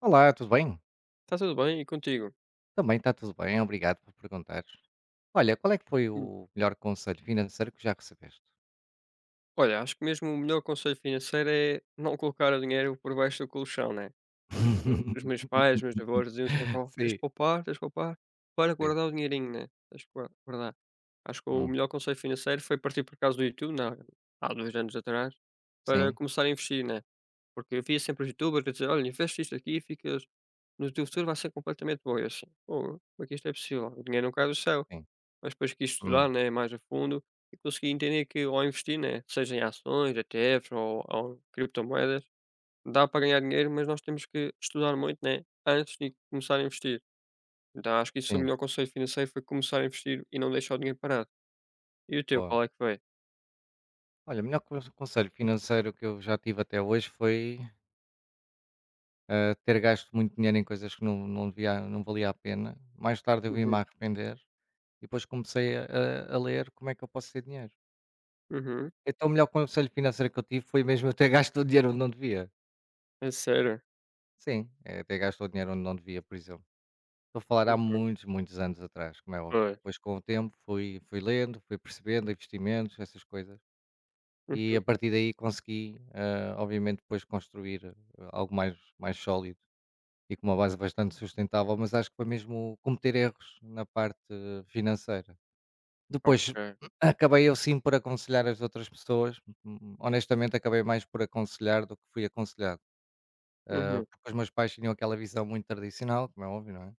Olá, tudo bem? Está tudo bem e contigo? Também está tudo bem, obrigado por perguntar. Olha, qual é que foi Hum. o melhor conselho financeiro que já recebeste? Olha, acho que mesmo o melhor conselho financeiro é não colocar o dinheiro por baixo do colchão, né? Os meus pais, os meus avós diziam sempre: "Oh, Sim, tens de poupar para sim. guardar o dinheirinho, né? Tens de guardar." Acho que o Hum, melhor conselho financeiro foi partir por causa do YouTube, há 2 anos atrás, para sim, começar a investir, né? Porque eu via sempre os YouTubers a dizer: olha, investe isto aqui, e ficas no teu futuro vai ser completamente bom. E eu assim: "Pô, como é que isto é possível? O dinheiro não cai do céu." sim. Mas depois quis estudar, Hum, né, mais a fundo, e consegui entender que, ao investir, né, seja em ações, ETFs ou criptomoedas, dá para ganhar dinheiro, mas nós temos que estudar muito, né, antes de começar a investir. Então acho que isso foi o sim. melhor conselho financeiro, foi começar a investir e não deixar o dinheiro parado. E o teu, Boa. qual é que foi? Olha, o melhor conselho financeiro que eu já tive até hoje foi ter gasto muito dinheiro em coisas que não devia, não valia a pena. Mais tarde eu vim-me Uhum. a arrepender e depois comecei a ler como é que eu posso ter dinheiro. Uhum. Então o melhor conselho financeiro que eu tive foi mesmo eu ter gasto o dinheiro onde não devia. É sério? Sim, eh, até gastou dinheiro onde não devia, por exemplo. Estou a falar há Hum, muitos, muitos anos atrás, como é óbvio. Pois. Depois, com o tempo, fui lendo, fui percebendo investimentos, essas coisas. E Uhum. a partir daí consegui, obviamente, depois construir algo mais sólido e com uma base bastante sustentável, mas acho que foi mesmo cometer erros na parte financeira. Ok. Depois, acabei eu sim por aconselhar as outras pessoas. Honestamente, acabei mais por aconselhar do que fui aconselhado. Eh, Uhum. porque os meus pais tinham aquela visão muito tradicional, como é óbvio, não é?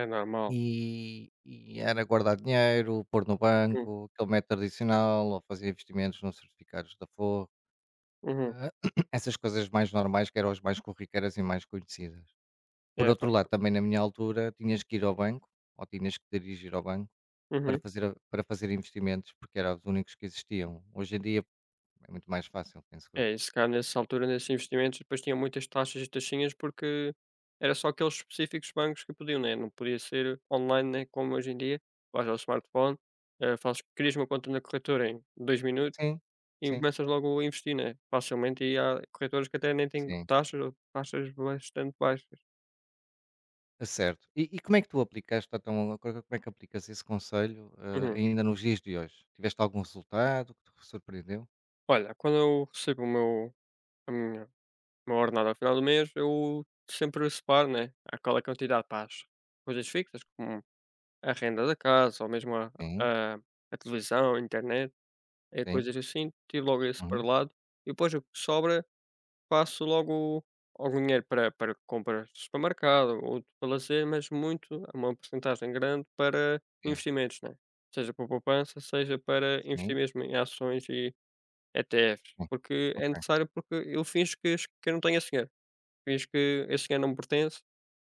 É normal. E era guardar dinheiro, pôr no Uhum. banco, aquele método tradicional, ou fazer investimentos nos certificados da Forro, Uhum. ah, essas coisas mais normais que eram as mais corriqueiras e mais conhecidas. Por É outro lado, verdade. também na minha altura, tinhas que ir ao banco, ou tinhas que dirigir ao banco, para Uhum. fazer a para fazer investimentos, porque eram os únicos que existiam. Hoje em dia é muito mais fácil, penso eu. É, e se calhar nessa altura, nesses investimentos, depois tinham muitas taxas e taxinhas, porque era só aqueles específicos bancos que podiam, né? Não podia ser online, né? Como hoje em dia, vais ao smartphone, fazes, crias uma conta na corretora em 2 minutos Sim, e sim, começas logo a investir, né? Facilmente, e há corretoras que até nem têm sim. taxas ou taxas bastante baixas. Certo. E como é que tu aplicaste então, co como é que aplicas esse conselho, Uhum. ainda nos dias de hoje? Tiveste algum resultado que te surpreendeu? Olha, quando eu recebo o meu, a minha, uma ordenada ao final do mês, eu sempre separo, né? Aquela quantidade para as coisas fixas, a renda da casa, ou mesmo Sim, a a televisão, a internet, é sim. coisas assim, tiro logo esse para o Uhum. lado, e depois o que sobra, passo logo algum dinheiro para compras de supermercado, outro para lazer, mas muito é uma porcentagem grande para Sim, investimentos, né, seja para poupança, seja para investir sim, mesmo em ações e ETFs, sim. porque é Ok. necessário, porque eu finjo que es que eu não tenho esse dinheiro, finjo que esse dinheiro não me pertence,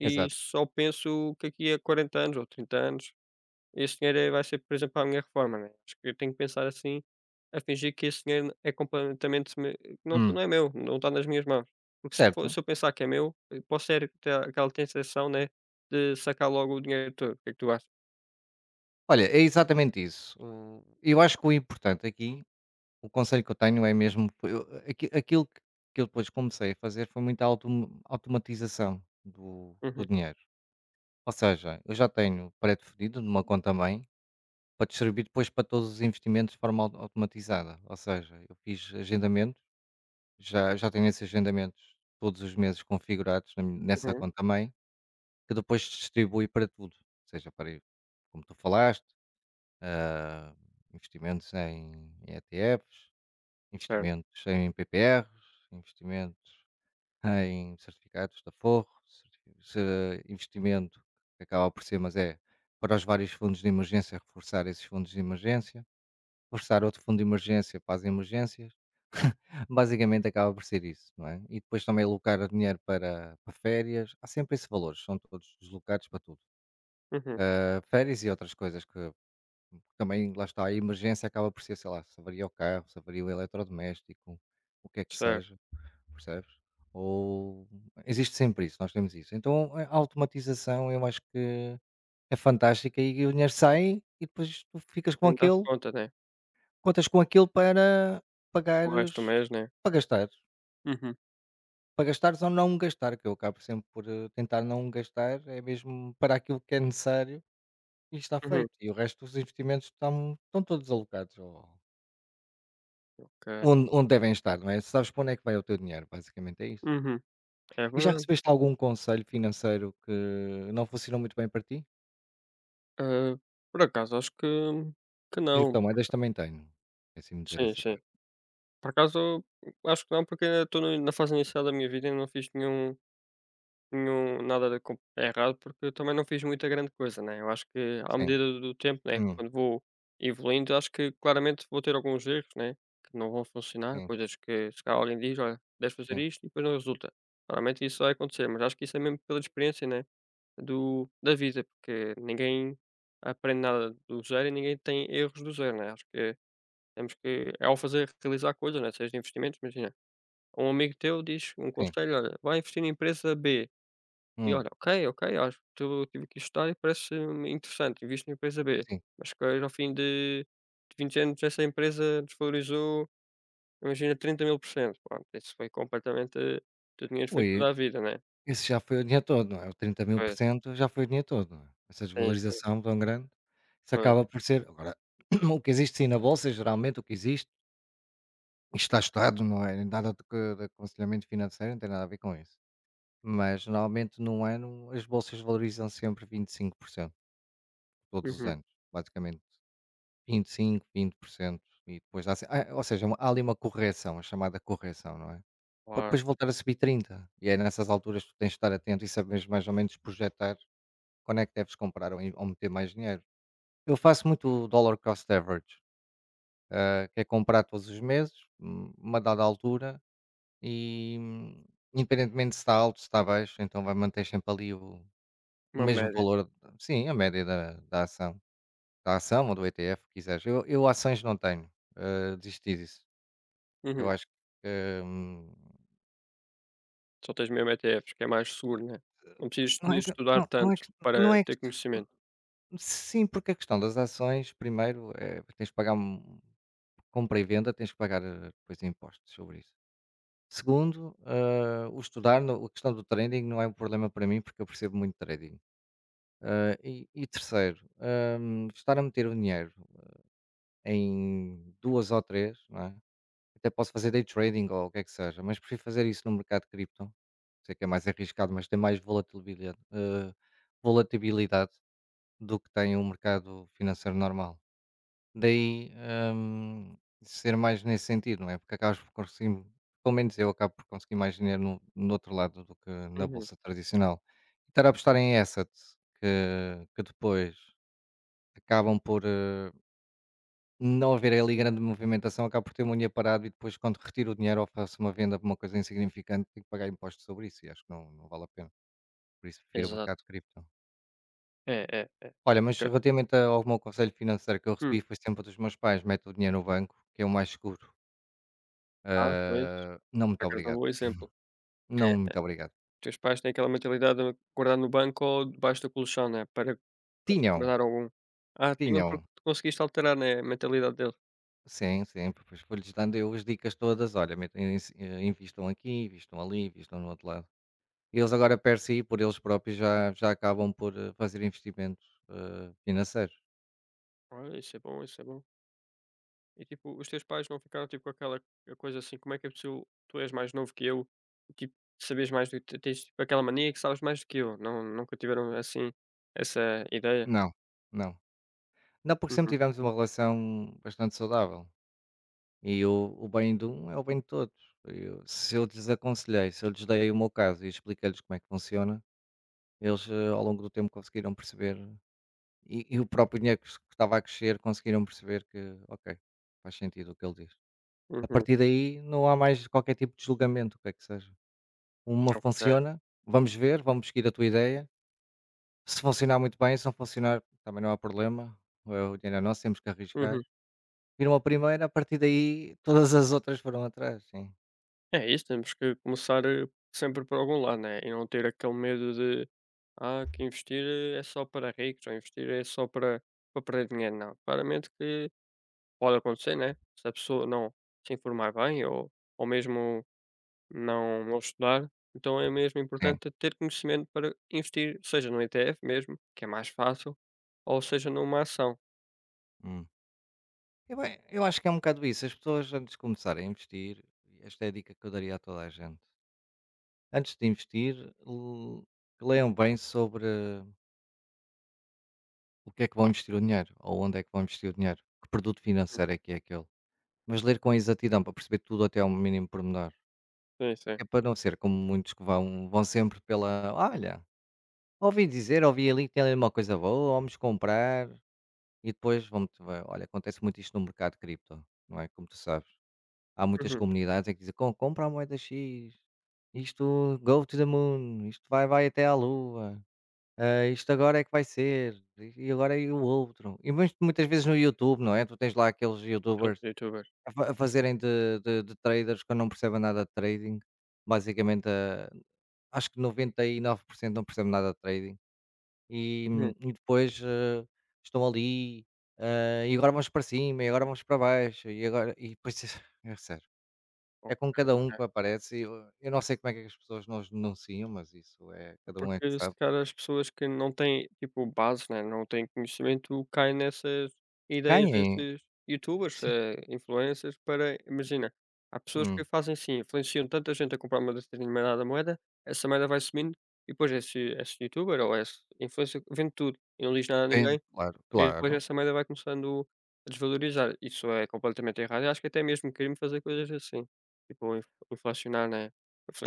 e Exato. só penso que aqui a 40 anos ou 30 anos esse dinheiro vai ser, por exemplo, para a minha reforma, né. Acho que eu tenho que pensar assim, a fingir que esse dinheiro é completamente me não, Hum. não é meu, não está nas minhas mãos. Porque Certo. se eu pensar que é meu, eu posso ter aquela tentação, né, de sacar logo o dinheiro todo. O que é que tu achas? Olha, é exatamente isso. O Eu acho que o importante aqui, o conselho que eu tenho é mesmo eu aqui aquilo que eu depois comecei a fazer foi muita automatização do Uhum, dinheiro. Ou seja, eu já tenho pré-definido numa conta mãe para te servir depois para todos os investimentos de forma au automatizada. Ou seja, eu fiz agendamentos, já tenho esses agendamentos todos os meses configurados na mi nessa uhum, conta-mãe, que depois se distribui para tudo. Ou seja, para ir, como tu falaste, investimentos em ETFs, certo. investimentos em PPRs, investimentos em certificados da Forro, certifi se investimento que acaba por ser, mas é para os vários fundos de emergência, reforçar esses fundos de emergência. Forçar outro fundo de emergência para as emergências, basicamente acaba por ser isso, não é? E depois também alocar o dinheiro para, para férias, há sempre esse valor, são todos deslocados para tudo. Uhum, Ah, férias e outras coisas que também, lá está, a emergência acaba por ser, sei lá, se avaria o carro, se avaria o eletrodoméstico, o que é que certo. seja, percebes? Ou existe sempre isso, nós temos isso. Então a automatização eu acho que é fantástica e o dinheiro sai e depois tu ficas com Nem dás aquele. conta, né, Contas com aquilo para o pagares, resto do mês, né. para gastar. Uhum, Para gastares ou não gastar, que eu acabo sempre por, tentar não gastar, é mesmo para aquilo que é necessário e está uhum, feito. E o resto dos investimentos estão todos alocados ao ok. Onde devem estar, não é? Sabes para onde é que vai o teu dinheiro, basicamente é isso. Uhum, é E já verdade. recebeste algum conselho financeiro que não funcionou muito bem para ti? Hã, por acaso acho que não. Criptomoedas também tenho, esqueci-me de dizer Sim, essa sim. parte. Por acaso, acho que não, porque ainda estou no na fase inicial da minha vida e não fiz nenhum nada de com errado, porque eu também não fiz muita grande coisa, né. Eu acho que, à Sim, medida do tempo, né, hum, quando vou evoluindo, acho que claramente vou ter alguns erros, né, que não vão funcionar, sim, coisas que se calhar alguém diz: "Olha, deves fazer sim, isto", e depois não resulta. Claramente isso vai acontecer, mas acho que isso é mesmo pela experiência, né, do da vida, porque ninguém aprende nada do zero e ninguém tem erros do zero, né. Acho que temos que, ao fazer, realizar coisas, né, seja investimentos, imagina, um amigo teu diz um sim, conselho: "Olha, vai investir na empresa B." E hum, olha, ok, ok, acho que eu tive que estudar e parece-me interessante, invisto na empresa B. sim. Mas que ao fim de 20 anos essa empresa desvalorizou, imagina, 30.000%. Pronto, isso foi completamente o teu dinheiro, foi toda Ui. a vida, né. Esse já foi o dinheiro todo, não é? O trinta mil por Pois, cento já foi o dinheiro todo, não é? Essa sim, sim, desvalorização tão grande, isso pois. acaba por ser agora, o que existe sim na bolsa, geralmente o que existe, isto está estudado, não é nada de que de aconselhamento financeiro, não tem nada a ver com isso. Mas normalmente num ano as bolsas valorizam sempre 25%, todos os Uhum, anos, basicamente 25, 20%, e depois dá se ah, ou seja, há ali uma correção, a chamada correção, não é? Para depois claro, voltar a subir 30, e é nessas alturas que tu tens de estar atento e saberes mais ou menos projetar quando é que deves comprar ou, ou meter mais dinheiro. Eu faço muito o dollar cost average, que é comprar todos os meses, uma dada altura, e independentemente se está alto, se está baixo, então vai manter sempre ali o uma mesmo média. valor, sim, a média da ação ou do ETF, o que quiseres. Eu, ações não tenho, desisti disso. Eu Uhum. acho que Só tens mesmo ETFs, que é mais seguro, né. Não precisas não de é, que- estudar não, não é, tanto que- para não é que- ter conhecimento. sim, porque a questão das ações, primeiro, é, tens de pagar. Compra e venda tens que pagar, depois impostos sobre isso. Segundo, o estudar, a questão do trading não é um problema para mim porque eu percebo muito trading. E e terceiro, estar a meter o dinheiro em duas ou três, não é? Até posso fazer day trading ou o que é que seja, mas prefiro fazer isso no mercado cripto. Sei que é mais arriscado, mas tem mais volatilidade, volatilidade, do que tem um mercado financeiro normal. Daí, hum, ser mais nesse sentido, não é? Porque acabas por conseguir, pelo menos eu acabo por conseguir mais dinheiro no outro lado do que na Uhum, bolsa tradicional. E estar a apostar em assets que depois acabam por não haver ali grande movimentação, acabo por ter uma unha parado e depois quando retiro o dinheiro ou faço uma venda por uma coisa insignificante, tenho que pagar impostos sobre isso e acho que não, não vale a pena. Por isso prefiro o mercado de exato. cripto. É, é, é. Olha, mas Ok. relativamente ao meu conselho financeiro que eu Hum. recebi foi sempre dos meus pais: mete o dinheiro no banco, que é o mais seguro. Ah, pois. Ah, não, Por muito acaso é um obrigado. bom exemplo. É, Não, muito obrigado. teus pais têm aquela mentalidade de guardar no banco ou debaixo do colchão, né, para conseguir Tinham, guardar algum. Ah, tinham, tinham. porque tu conseguiste alterar, né, a mentalidade deles. Sim, sim, pois fui-lhes dando eu as dicas todas. Olha, metam invistam aqui, invistam ali, invistam no outro lado. Eles agora, per si, por eles próprios, já acabam por fazer investimentos financeiros. Olha, isso é bom, isso é bom. E, tipo, os teus pais não ficaram, tipo, com aquela coisa assim: "Como é que é possível, tu és mais novo que eu, tipo, saberes mais do que tens, tipo, aquela mania que sabes mais do que eu?" Não, nunca tiveram, assim, essa ideia? Não, não. Não, porque sempre Uhum, tivemos uma relação bastante saudável. E o bem de um é o bem de todos. Eu- se eu lhes aconselhei, se eu lhes dei o meu caso e expliquei-lhes como é que funciona, eles ao longo do tempo conseguiram perceber. E o próprio dinheiro que estava a crescer conseguiram perceber que, ok, faz sentido o que ele diz. A uhum, partir daí não há mais qualquer tipo de julgamento, o que é que seja. Uma ok. funciona, vamos ver, vamos seguir a tua ideia. Se funcionar muito bem, se não funcionar, também não há problema. O dinheiro é nosso, temos que arriscar. Uhum. Viram a primeira, a partir daí todas as outras foram atrás, sim. É isso, temos que começar, sempre por algum lado, né, e não ter aquele medo de, ah, que investir é só para ricos, ou investir é só para, perder dinheiro. Não, claramente que pode acontecer, né? Se a pessoa não se informar bem, ou mesmo não estudar, então é mesmo Sim. importante ter conhecimento para investir, seja no ETF mesmo, que é mais fácil, ou seja numa ação. Hum. Eu acho que é um bocado isso. As pessoas antes de começarem a investir, esta é a dica que eu daria a toda a gente. Antes de investir, l- leiam bem sobre o que é que vão investir o dinheiro ou onde é que vão investir o dinheiro, que produto financeiro é que é aquele. Mas ler com exatidão para perceber tudo até ao mínimo pormenor. Sim, sim. Que é para não ser como muitos vão sempre pela. Olha, ouvi dizer, ouvi ali que tem ali uma coisa boa, vamos comprar e depois vamos. Olha, acontece muito isto no mercado de cripto, não é? Como tu sabes. Há muitas Uhum. comunidades em que dizem: "Com- compra a moeda X, isto go to the moon, isto vai até à lua. Ah, isto agora é que vai ser, e agora é o outro. E mas muitas vezes no YouTube, não é? Tu tens lá aqueles Aqueles YouTubers youtubers. A fazerem de traders que não percebem nada de trading, basicamente, acho que 99% não percebem nada de trading, e Uhum. hum, e depois, ah, estão ali, e agora vamos para cima, e agora vamos para baixo, e agora e depois é sério, é com cada um Ok. que aparece, e eu não sei como é que as pessoas não os denunciam, mas isso é cada um é que Porque se sabe. calhar as pessoas que não têm, tipo, base, né, não têm conhecimento, caem nessas ideias Caem, desses youtubers, sim. Influencers, para imagina, há pessoas que Hum. fazem assim, influenciam tanta gente a comprar uma determinada moeda, essa moeda vai subindo, e depois esse youtuber ou esse influencer vende tudo e não diz nada a Depende, ninguém, claro, e depois claro. essa moeda vai começando a desvalorizar. Isso é completamente errado. Eu acho que até mesmo crime fazer coisas assim, tipo, inflacionar, né?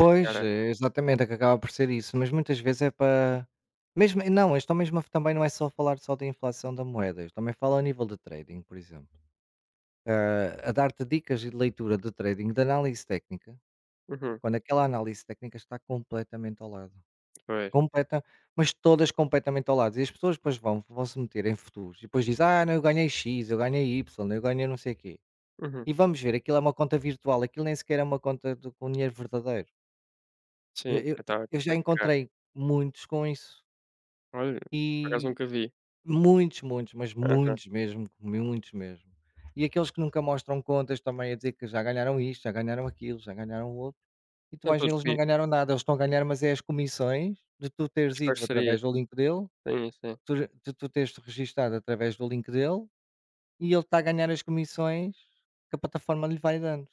Pois, né? é exatamente, é que acaba por ser isso, mas muitas vezes é para mesmo não, também não é só falar só da inflação da moeda, eu também falo a nível de trading, por exemplo, a dar-te dicas e de leitura de trading, de análise técnica, Uhum, quando aquela análise técnica está completamente ao lado, pois. completa, mas todas completamente ao lado, e as pessoas depois vão se meter em futuros e depois dizem: "Ah, não, eu ganhei X, eu ganhei Y, eu ganhei não sei o quê", Uhum. e vamos ver, aquilo é uma conta virtual, aquilo nem sequer é uma conta de com dinheiro verdadeiro. Eu Sim, eu à tarde, eu já brincar. encontrei muitos com isso, Olha, por acaso e nunca vi. muitos, muitos, mas Aham. muitos mesmo, muitos mesmo. E aqueles que nunca mostram contas também a dizer que já ganharam isto, já ganharam aquilo, já ganharam o outro, e tu São vais ver todos eles não ricos, ganharam nada, eles estão a ganhar mas é as comissões de tu teres as ido parcerias. através do link dele, Sim, sim. Tu teres te registado através do link dele, e ele está a ganhar as comissões que a plataforma lhe vai dando,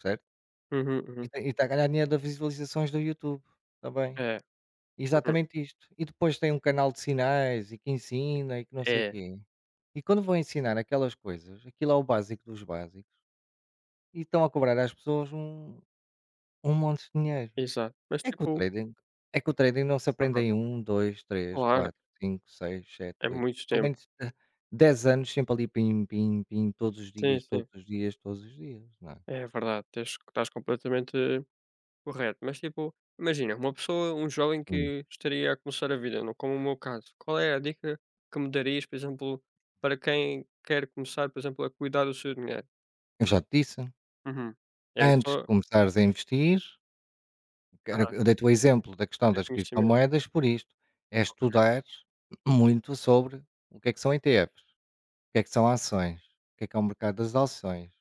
certo? Uhum, E uhum. está e está a ganhar dinheiro das visualizações do YouTube também. É, uhum. Exatamente isto. E depois tem um canal de sinais e que ensina e que não sei o É, quê. E quando vão ensinar aquelas coisas, aquilo é o básico dos básicos, e estão a cobrar às pessoas um monte de dinheiro. exato. Mas É que o tipo, trading, é que o trading não se aprende aham, em um 2 três claro, 4 5 6 7 é 8 muito pelo tempo. menos 10 anos sempre ali pim, pim, pim, todos os Sim, dias, sim. todos os dias, todos os dias, não é? É verdade, tens estás completamente correto. Mas tipo, imagina, uma pessoa, um jovem Hum. que estaria a começar a vida, não como o meu caso, qual é a dica que me darias, por exemplo, para quem quer começar, por exemplo, a cuidar do seu dinheiro? Eu já te disse, Uhum. Era antes de só, começares a investir. Cara, ah, eu dei-te o exemplo da questão ter das conhecimento. criptomoedas por isto, é Ok. estudar muito sobre o que é que são ETFs, o que é que são ações, o que é o mercado das ações,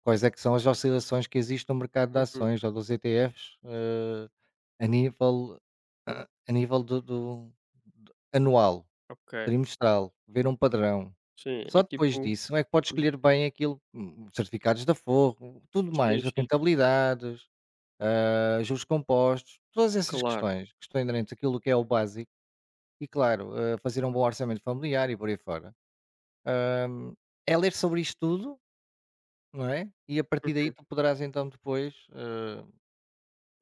quais é que são as oscilações que existem no mercado de Uhum. ações ou dos ETFs a nível, a nível anual, Ok, trimestral, ver um padrão. sim, Só e depois tipo, disso é que pode hum, escolher bem aquilo, certificados da Forro, tudo sim, mais, a sim, rentabilidade, juros compostos, todas essas claro. questões que estão inerentes àquilo que é o básico e, claro, fazer um bom orçamento familiar e por aí fora. Hum, é ler sobre isto tudo, não é? E a partir daí Uhum. tu poderás então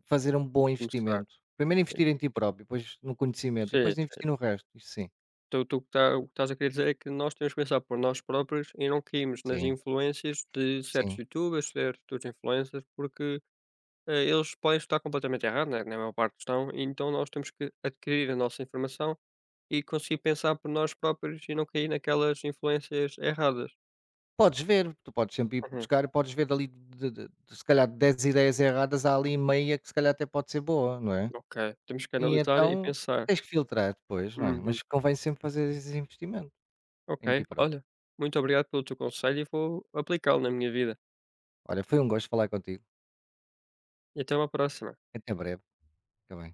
fazer um bom Começar, investimento. Primeiro ok. investir em ti próprio, depois no conhecimento, e Sim, depois investir sim. no resto. Isso sim, Tu tu que tá o que estás a querer dizer é que nós temos que pensar por nós próprios e não cairmos nas sim, influências de certos sim. youtubers, certos influencers, porque, eles podem estar completamente errados, né, na maior parte estão, e então nós temos que adquirir a nossa informação e conseguir pensar por nós próprios e não cair naquelas influências erradas. Podes ver, tu podes sempre ir Uhum, buscar, e podes ver ali, se calhar, 10 ideias erradas, há ali meia que se calhar até pode ser boa, não é? ok. Temos que E analisar e então pensar. tens que filtrar depois, não é? Uhum. Mas convém sempre fazer esse investimento Ok, em ti próprio. olha, muito obrigado pelo teu conselho e vou aplicá-lo na minha vida. Olha, foi um gosto falar contigo. E até uma próxima. Até breve. Fica bem.